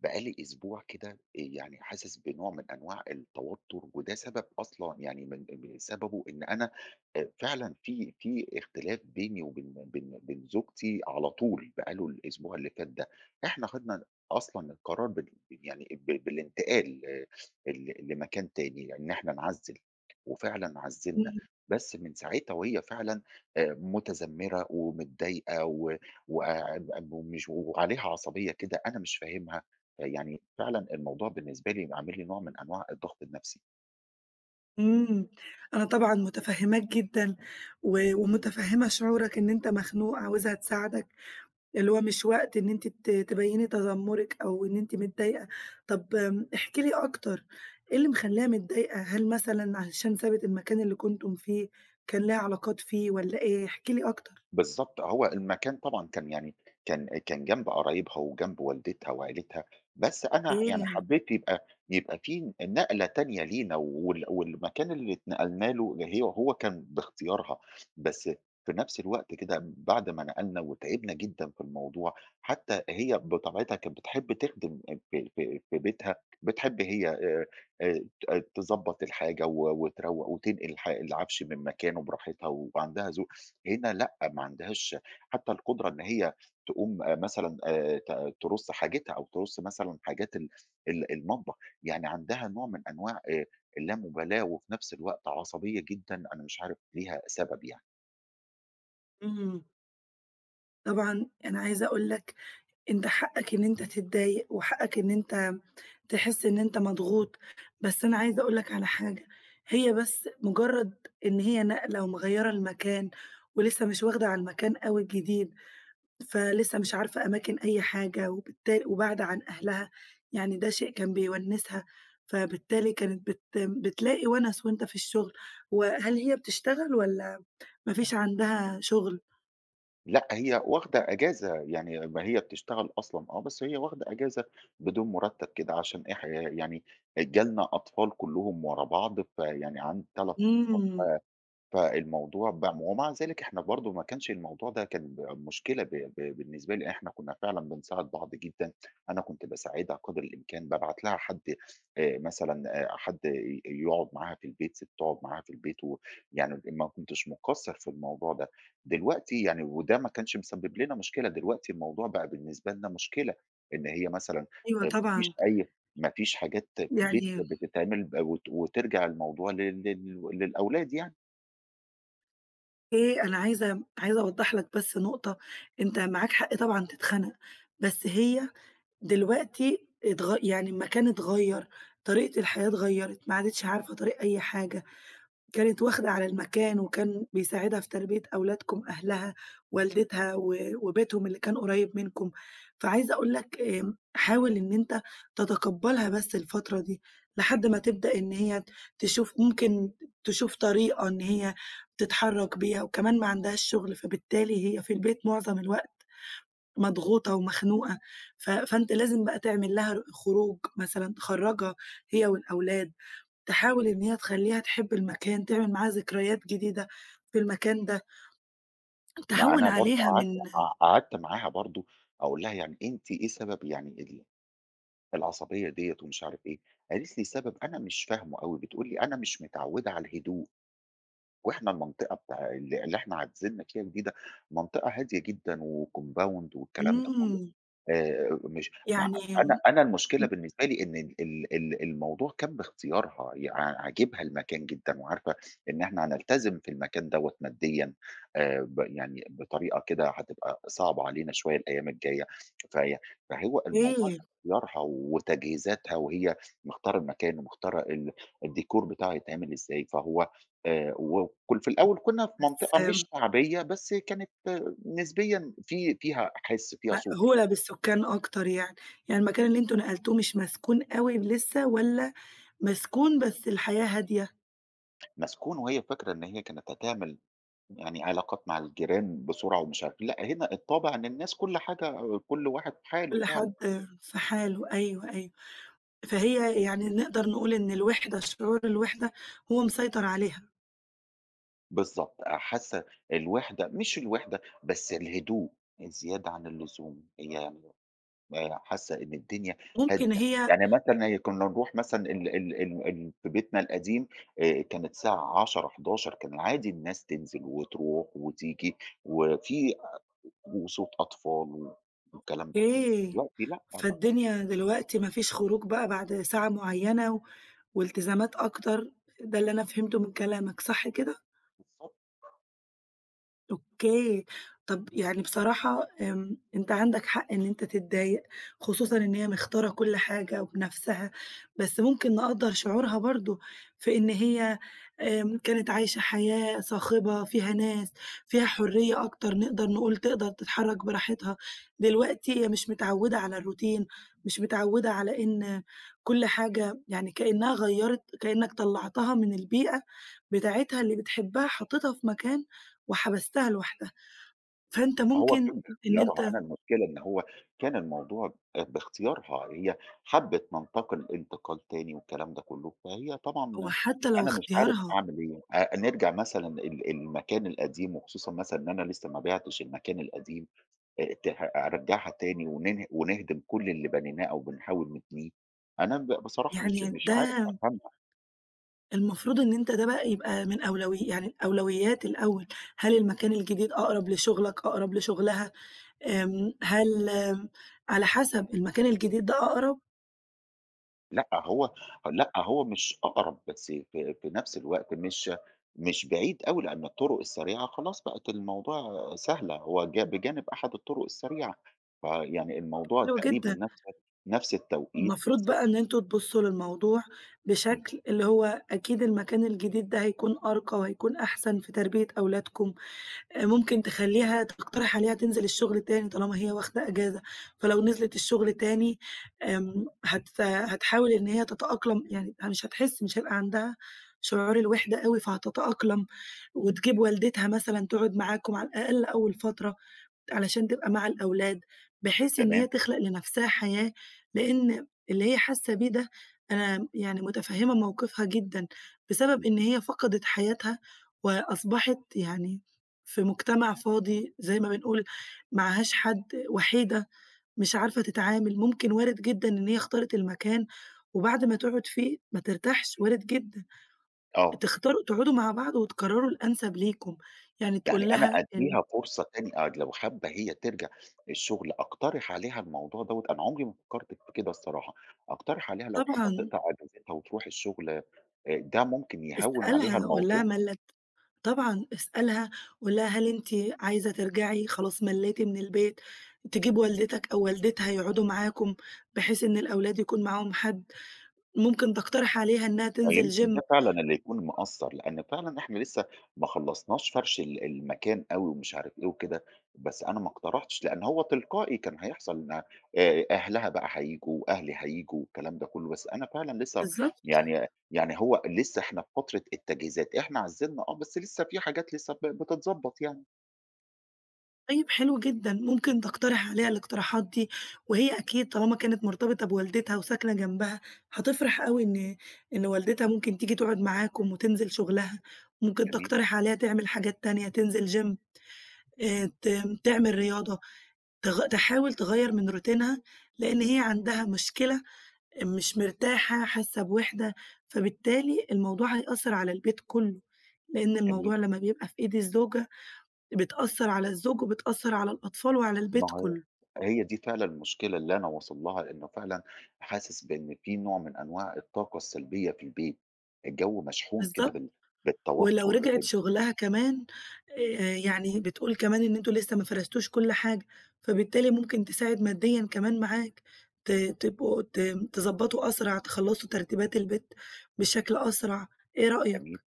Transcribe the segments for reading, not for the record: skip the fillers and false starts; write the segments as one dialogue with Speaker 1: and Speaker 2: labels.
Speaker 1: بقى لي أسبوع كده يعني حاسس بنوع من أنواع التوتر، وده سبب أصلًا يعني من سببه إن أنا فعلًا في اختلاف بيني وبين بين بين زوجتي على طول بقى له الأسبوع اللي فات ده. إحنا خدنا أصلًا القرار بال يعني ب بالانتقال آه، لمكان تاني، إن إحنا نعزِّل، وفعلًا عزِّلنا.
Speaker 2: إمم،
Speaker 1: بس من ساعتها وهي فعلًا متذمرة ومتضايقة، و وع- ومش وعليها عصبية كده أنا مش فاهمها. يعني فعلًا الموضوع بالنسبة لي عامل لي نوع من أنواع الضغط النفسي.
Speaker 2: إمم. أنا طبعًا متفهّماك جدًا و ومتفهّمة شعورك إن أنت مخنوق عاوزها تساعدك، اللي هو مش وقت إن أنتِ تبيّني تذمُّرِك أو إن أنتِ متضايقة. طب احكي لي أكتر، إيه اللي مخلّيها متضايقة؟ هل مثلًا علشان سابت المكان اللي كنتم فيه، كان ليها علاقات فيه والّا إيه؟ احكِ لي أكتر.
Speaker 1: بالضبط، هو المكان طبعًا كان يعني كان جنب قرايبها وجنب والدتها وعيلتها، بس أنا يعني
Speaker 2: إيه؟
Speaker 1: حبّيت يبقى في نقلة تانية لينا، وال والمكان اللي اتنقلنا له هي وهو كان باختيارها. بس في نفس الوقت كده بعد ما نقلنا وتعبنا جدًا في الموضوع، حتى هي بطبيعتها كانت بتحب تخدم في بيتها، بتحب هي آآ ت تضبّط الحاجة و وتروّق وتنقل العفش من مكانه براحتها، وعندها ذوق. هنا ما عندهاش حتى القدرة إن هي تقوم مثلًا ت ترُص حاجتها، أو ترُص مثلًا حاجات ال ال المطبخ. يعني عندها نوع من أنواع اللامبالاة، وفي نفس الوقت عصبية جدًا، أنا مش عارف ليها سبب يعني.
Speaker 2: إمم. طبعًا أنا عايزة أقول لك أنت حقّك إن أنت تتضايق وحقّك إن أنت تحس إن أنت مضغوط، بس أنا عايزة أقول لك على حاجة، هي بس مجرد إن هي ناقلة ومغيّرة المكان، ولسه مش واخدة على المكان أوي الجديد، فلسه مش عارفة أماكن أي حاجة، وبالتالي وبعيدة عن أهلها، يعني ده شيء كان بيونسها، فبالتالي كانت بتلاقي ونس وأنت في الشغل. وهل هي بتشتغل والّا ما فيش عندها شغل؟
Speaker 1: لأ، هي واخدة إجازة، يعني ما هي بتشتغل أصلًا، بس هي واخدة إجازة بدون مرتب كده عشان إح يعني جالنا أطفال كلّهم ورا بعض، فيعني عندي 3 أطفال.
Speaker 2: إمم،
Speaker 1: فالموضوع ب ومع ذلك إحنا برضه ما كانش الموضوع ده كان مشكلة ب ب بالنسبة لي، إحنا كنا فعلًا بنساعد بعض جدًا، أنا كنت باساعدها قدر الإمكان، بابعت لها حد، مثلًا حد ي يقعد معاها في البيت، تقعد معاها في البيت، و يعني ما كنتش مقصّر في الموضوع ده. دلوقتي يعني، وده ما كانش مسبب لنا مشكلة، دلوقتي الموضوع بقى بالنسبة لنا مشكلة، إن هي مثلًا
Speaker 2: أيوه
Speaker 1: آآ ما فيش
Speaker 2: طبعًا،
Speaker 1: أي ما فيش حاجات في البيت
Speaker 2: يعني
Speaker 1: بتتعمل، ب وت وترجع الموضوع لل لل للأولاد يعني.
Speaker 2: إيه، أنا عايزة أوضّح لك بس نقطة، أنت معاك حق طبعًا تتخنق، بس هي دلوقتي يعني المكان اتغيّر، طريقة الحياة اتغيّرت، ما عادتش عارفة طريق أي حاجة، كانت واخدة على المكان وكان بيساعدها في تربية أولادكم أهلها، والدتها و وبيتهم اللي كان قريب منكم، فعايزة أقول لك حاول إن أنت تتقبّلها بس الفترة دي، لحد ما تبدأ إن هي تشوف ممكن تشوف طريقة إن هي تتحرّك بيها، وكمان ما عندهاش شغل، فبالتالي هي في البيت معظم الوقت مضغوطة ومخنوقة، فأنت لازم بقى تعمل لها خروج مثلًا، تخرّجها هي والأولاد. تحاول إن هي تخلّيها تحب المكان، تعمل معاها ذكريات جديدة في المكان ده،
Speaker 1: ما
Speaker 2: تهوّن
Speaker 1: أنا برضه
Speaker 2: عليها
Speaker 1: قعدت،
Speaker 2: من
Speaker 1: قعدت معاها برضه أقول لها: "يعني أنتِ إيه سبب يعني العصبية ديّة،" ومش عارف إيه. قالت لي: "سبب أنا مش فاهمه أوي." بتقول لي: "أنا مش متعودة على الهدوء، وإحنا المنطقة بتاع ال اللي إحنا عزلنا فيها جديدة، منطقة هادية جدًا وcompound والكلام ده كله."
Speaker 2: إمم،
Speaker 1: مش ما
Speaker 2: يعني
Speaker 1: أنا أنا المشكلة بالنسبة لي إن ال ال ال الموضوع كان باختيارها، ي ع عاجبها المكان جدًا، وعارفة إن إحنا هنلتزم في المكان دوّة ماديًا ب يعني بطريقة كده هتبقى صعبة علينا شوية الأيام الجاية، فهي فهو الموضوع
Speaker 2: إيه
Speaker 1: اختيارها وتجهيزاتها، وهي مختارة المكان، ومختارة الديكور بتاعه هيتعمل إزاي. فهو وكل في الأول كنا في منطقة مش
Speaker 2: بس
Speaker 1: شعبية، بس كانت نسبيًا فيها حِس، فيها صوت.
Speaker 2: مأهولة بالسكان أكتر يعني، يعني المكان اللي أنتم نقلتوه مش مسكون أوي لسه والّا مسكون بس الحياة هادية،
Speaker 1: مسكون، وهي فاكرة إن هي كانت هتعمل يعني علاقات مع الجيران بسرعة ومش عارف إيه، لأ هنا الطابع إن الناس كل حاجة، كل واحد في حاله
Speaker 2: كل
Speaker 1: فعلًا.
Speaker 2: حد في حاله، أيوه، أيوه، فهي يعني نقدر نقول إن شعور الوِحدة هو مسيطر عليها،
Speaker 1: بالضبط، حاسة الوحدة، مش الوحدة، بس الهدوء الزيادة عن اللزوم، هي يعني حاسة إن الدنيا
Speaker 2: ممكن
Speaker 1: هادية.
Speaker 2: هي
Speaker 1: يعني مثلًا هي كنا نروح مثلًا ال ال ال ال في بيتنا القديم كانت الساعة 22:00، 23:00 كان عادي الناس تنزل وتروح وتيجي، وفي وصوت أطفال والكلام ده كله.
Speaker 2: أوكي.
Speaker 1: دلوقتي لأ، ما فيش.
Speaker 2: فالدنيا دلوقتي ما فيش خروج بقى بعد ساعة معيّنة و والتزامات أكتر، ده اللي أنا فهمته من كلامك، صح كده؟
Speaker 1: بالضبط،
Speaker 2: أوكي. طَب يعني بصراحة أنت عندك حق إن أنت تتضايق، خصوصًا إن هي مختارة كل حاجة وبنفسها، بس ممكن نقدّر شعورها برضه في إن هي كانت عايشة حياة صاخبة فيها ناس، فيها حرية أكتر، نقدر نقول تقدر تتحرّك براحتها. دلوقتي هي مش متعوّدة على الروتين، مش متعوّدة على إن كل حاجة يعني كإنّها غيّرت كإنّك طلّعتها من البيئة بتاعتها اللي بتحبها، حطّيتها في مكان وحبستها لوحدها، فأنت
Speaker 1: هو
Speaker 2: ممكن
Speaker 1: كان
Speaker 2: إن
Speaker 1: باختيارها،
Speaker 2: أنت
Speaker 1: أنا المشكلة إن هو كان الموضوع باختيارها، هي حَبِّت ننتقل انتقال تاني والكلام ده كله. فهي
Speaker 2: هو
Speaker 1: طبعًا
Speaker 2: حتى لو
Speaker 1: أنا مش عارف
Speaker 2: اختيارها
Speaker 1: أعمل إيه، نرجع مثلًا المكان القديم، وخصوصًا مثلًا إن أنا لسه ما بِعتش المكان القديم، ته أرجّعها تاني ونه ونهدم كل اللي بنيناه أو بنحاول نبنيه، أنا بصراحة مش
Speaker 2: يعني
Speaker 1: مش
Speaker 2: ده
Speaker 1: عارف أفهمها.
Speaker 2: المفروض إن أنت ده بقى يبقى من يعني الأولويات الأول، هل المكان الجديد أقرب لشغلك، أقرب لشغلها، هل آمم، على حسب المكان الجديد ده أقرب
Speaker 1: لأ، هو مش أقرب، بس في نفس الوقت مش بعيد أوي، لأن الطرق السريعة خلاص بقت الموضوع سهلة، هو بجانب أحد الطرق السريعة، فيعني الموضوع
Speaker 2: حلو
Speaker 1: تقريبًا
Speaker 2: جدًا،
Speaker 1: نفس التوقيت،
Speaker 2: المفروض بقى إن أنتم تبصوا للموضوع
Speaker 1: إمم،
Speaker 2: بشكل اللي هو أكيد المكان الجديد ده هيكون أرقى وهيكون أحسن في تربية أولادكم. ممكن تخلّيها تقترح عليها تنزل الشغل تاني طالما هي واخدة إجازة، فلو نزلت الشغل تاني هتحاول إن هي تتأقلم، يعني مش هتحس مش هيبقى عندها شعور الوحدة أوي، فهتتأقلم وتجيب والدتها مثلًا تقعد معاكم على الأقل أول فترة. علشان تبقى مع الأولاد، بحيث إن هي
Speaker 1: تمام،
Speaker 2: تخلق لنفسها حياة، لإن اللي هي حاسة بيه ده أنا يعني متفهمة موقفها جدًا، بسبب
Speaker 1: إمم،
Speaker 2: إن هي فقدت حياتها وأصبحت يعني في مجتمع فاضي زي ما بنقول معهاش حد، وحيدة مش عارفة تتعامل، ممكن وارد جدًا إن هي اختارت المكان وبعد ما تقعد فيه ما ترتاحش، وارد جدًا،
Speaker 1: آه.
Speaker 2: تختاروا تقعدوا مع بعض وتقرروا الأنسب ليكم، يعني
Speaker 1: يعني
Speaker 2: تقول
Speaker 1: أنا
Speaker 2: لها إن
Speaker 1: أدّيها فرصة تاني، لو حابة هي ترجع الشغل أقترح عليها الموضوع دوّة، أنا عمري ما فكّرت في كده الصراحة، أقترح عليها لو حابة
Speaker 2: طبعًا.
Speaker 1: تقطع أجازتها وتروح الشغل، ده ممكن يهوّن عليها
Speaker 2: اسألها، قُل لها
Speaker 1: الموضوع.
Speaker 2: ملّت طبعًا اسألها، قُل لها هل أنتِ عايزة ترجعي خلاص ملّيتِ من البيت، تجيب والدتك أو والدتها يقعدوا معاكم، بحيث إن الأولاد يكون معاهم حد، ممكن تقترح عليها إنها تنزل
Speaker 1: فيمكن ده
Speaker 2: gym
Speaker 1: فعلًا اللي يكون مأثّر، لإن فعلًا إحنا لسه ما خلّصناش فرش المكان أوي، ومش عارف إيه وكده، بس أنا ما اقترحتش لإن هو تلقائي كان هيحصل إن أهلها بقى هييجوا وأهلي هييجوا والكلام ده كُلّه، بس أنا فعلًا لسه
Speaker 2: بالضبط،
Speaker 1: يعني هو لسه إحنا في فترة التجهيزات، إحنا عزّلنا، بس لسه في حاجات لسه بتتضبّط يعني.
Speaker 2: طيب حلو جدًا، ممكن تقترح عليها الاقتراحات دي، وهي أكيد طالما كانت مرتبطة بوالدتها وساكنة جنبها، هتفرح أوي إن والدتها ممكن تيجي تقعد معاكم وتنزل شغلها، ممكن
Speaker 1: جميل،
Speaker 2: تقترح عليها تعمل حاجات تانية، تنزل gym. ت تعمل رياضة، تحاول تغيّر من روتينها، لإن هي عندها مشكلة، مش مرتاحة، حاسة بوِحدة، فبالتالي الموضوع هيأثّر على البيت كُلّه، لإن
Speaker 1: جميل.
Speaker 2: الموضوع لمّا بيبقى في إيد الزوجة، بتأثّر على الزوج وبتأثّر على الأطفال وعلى
Speaker 1: ما
Speaker 2: البيت
Speaker 1: هي
Speaker 2: كُلّه،
Speaker 1: هي دي فعلًا المشكلة اللي أنا واصل لها، إنه فعلًا حاسس بإن في نوع من أنواع الطاقة السلبية في البيت، الجو مشحون كده
Speaker 2: بالضبط. ولو
Speaker 1: بالتوتر،
Speaker 2: رجعِت شغلها كمان يعني بتقول كمان إن أنتم لسه ما فرزتوش كل حاجة، فبالتالي ممكن تساعد ماديًا كمان معاك، تبقوا تضبّطوا أسرع، تخلّصوا ترتيبات البيت بشكل أسرع، إيه
Speaker 1: جميل.
Speaker 2: رأيك؟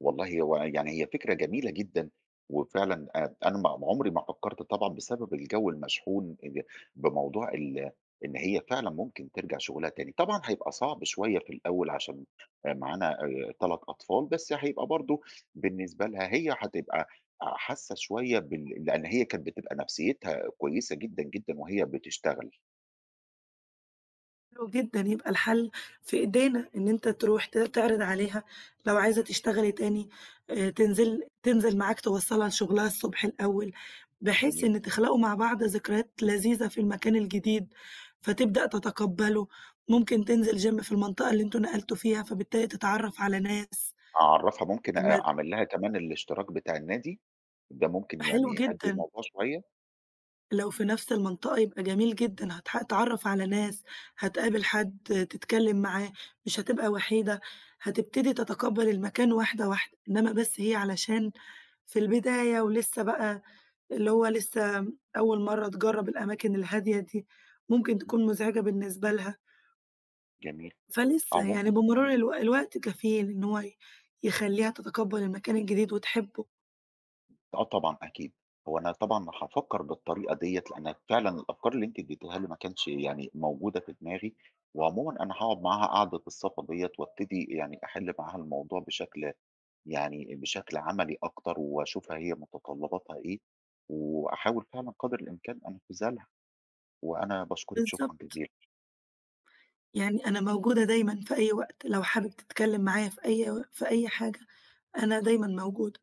Speaker 1: والله هو يعني هي فكرة جميلة جدًا، وفعلًا أنا ما عمري ما فكّرت طبعًا بسبب الجو المشحون، ال بموضوع ال إن هي فعلًا ممكن ترجع شغلها تاني، طبعًا هيبقى صعب شوية في الأول عشان معانا 3 أطفال، بس هيبقى برضه بالنسبة لها هي هتبقى حاسة شوية، لإن هي كانت بتبقى نفسيتها كويسة جدًا، جدًا وهي بتشتغل،
Speaker 2: حلو جدًا، يبقى الحل في إيدينا، إن أنت تروح تعرض عليها لو عايزة تشتغلي تاني تنزل معاك توصّلها لشغلها الصبح الأول، بحيث
Speaker 1: فاهمني.
Speaker 2: إن تخلقوا مع بعض ذكريات لذيذة في المكان الجديد، فتبدأ تتقبّله، ممكن تنزل gym في المنطقة اللي أنتم نقلتوا فيها، فبالتالي تتعرّف على ناس
Speaker 1: أعرّفها ممكن
Speaker 2: ما
Speaker 1: أعمل لها كمان الاشتراك بتاع النادي، ده ممكن
Speaker 2: حلو
Speaker 1: يعني يهدّي
Speaker 2: جدًا.
Speaker 1: الموضوع شوية.
Speaker 2: لو في نفس المنطقة يبقى جميل جدًا، هتتعرّف على ناس، هتقابل حد تتكلّم معاه، مش هتبقى وحيدة، هتبتدي تتقبّل المكان واحدة، واحدة، إنّما بس هي علشان في البداية ولسّه بقى اللي هو لسّه أول مرّة تجرّب الأماكن الهادية دي، ممكن
Speaker 1: إمم،
Speaker 2: تكون مزعجة بالنسبة لها،
Speaker 1: جميل.
Speaker 2: فلسّه يعني
Speaker 1: عمومًا،
Speaker 2: بمرور الوقت كفيل إن هو يخلّيها تتقبّل المكان الجديد وتحبّه.
Speaker 1: طبعًا أكيد، هو أنا طبعًا هافكّر بالطريقة ديّة، لإن فعلًا الأفكار اللي أنتِ ادّيتيها لي ما كانتش يعني موجودة في دماغي، وعمومًا أنا هاقعد معاها قعدة الصفا ديّة، وابتدي يعني أحِل معاها الموضوع بشكل عملي أكتر، واشوفها هي متطلّباتها إيه، وأحاول فعلًا قدر الإمكان أنفذها لها، وأنا باشكرِك شكرًا
Speaker 2: بالضبط،
Speaker 1: جزيلًا.
Speaker 2: يعني أنا موجودة دايمًا في أي وقت، لو حابب تتكلّم معايا في أي حاجة. أنا دايمًا موجود.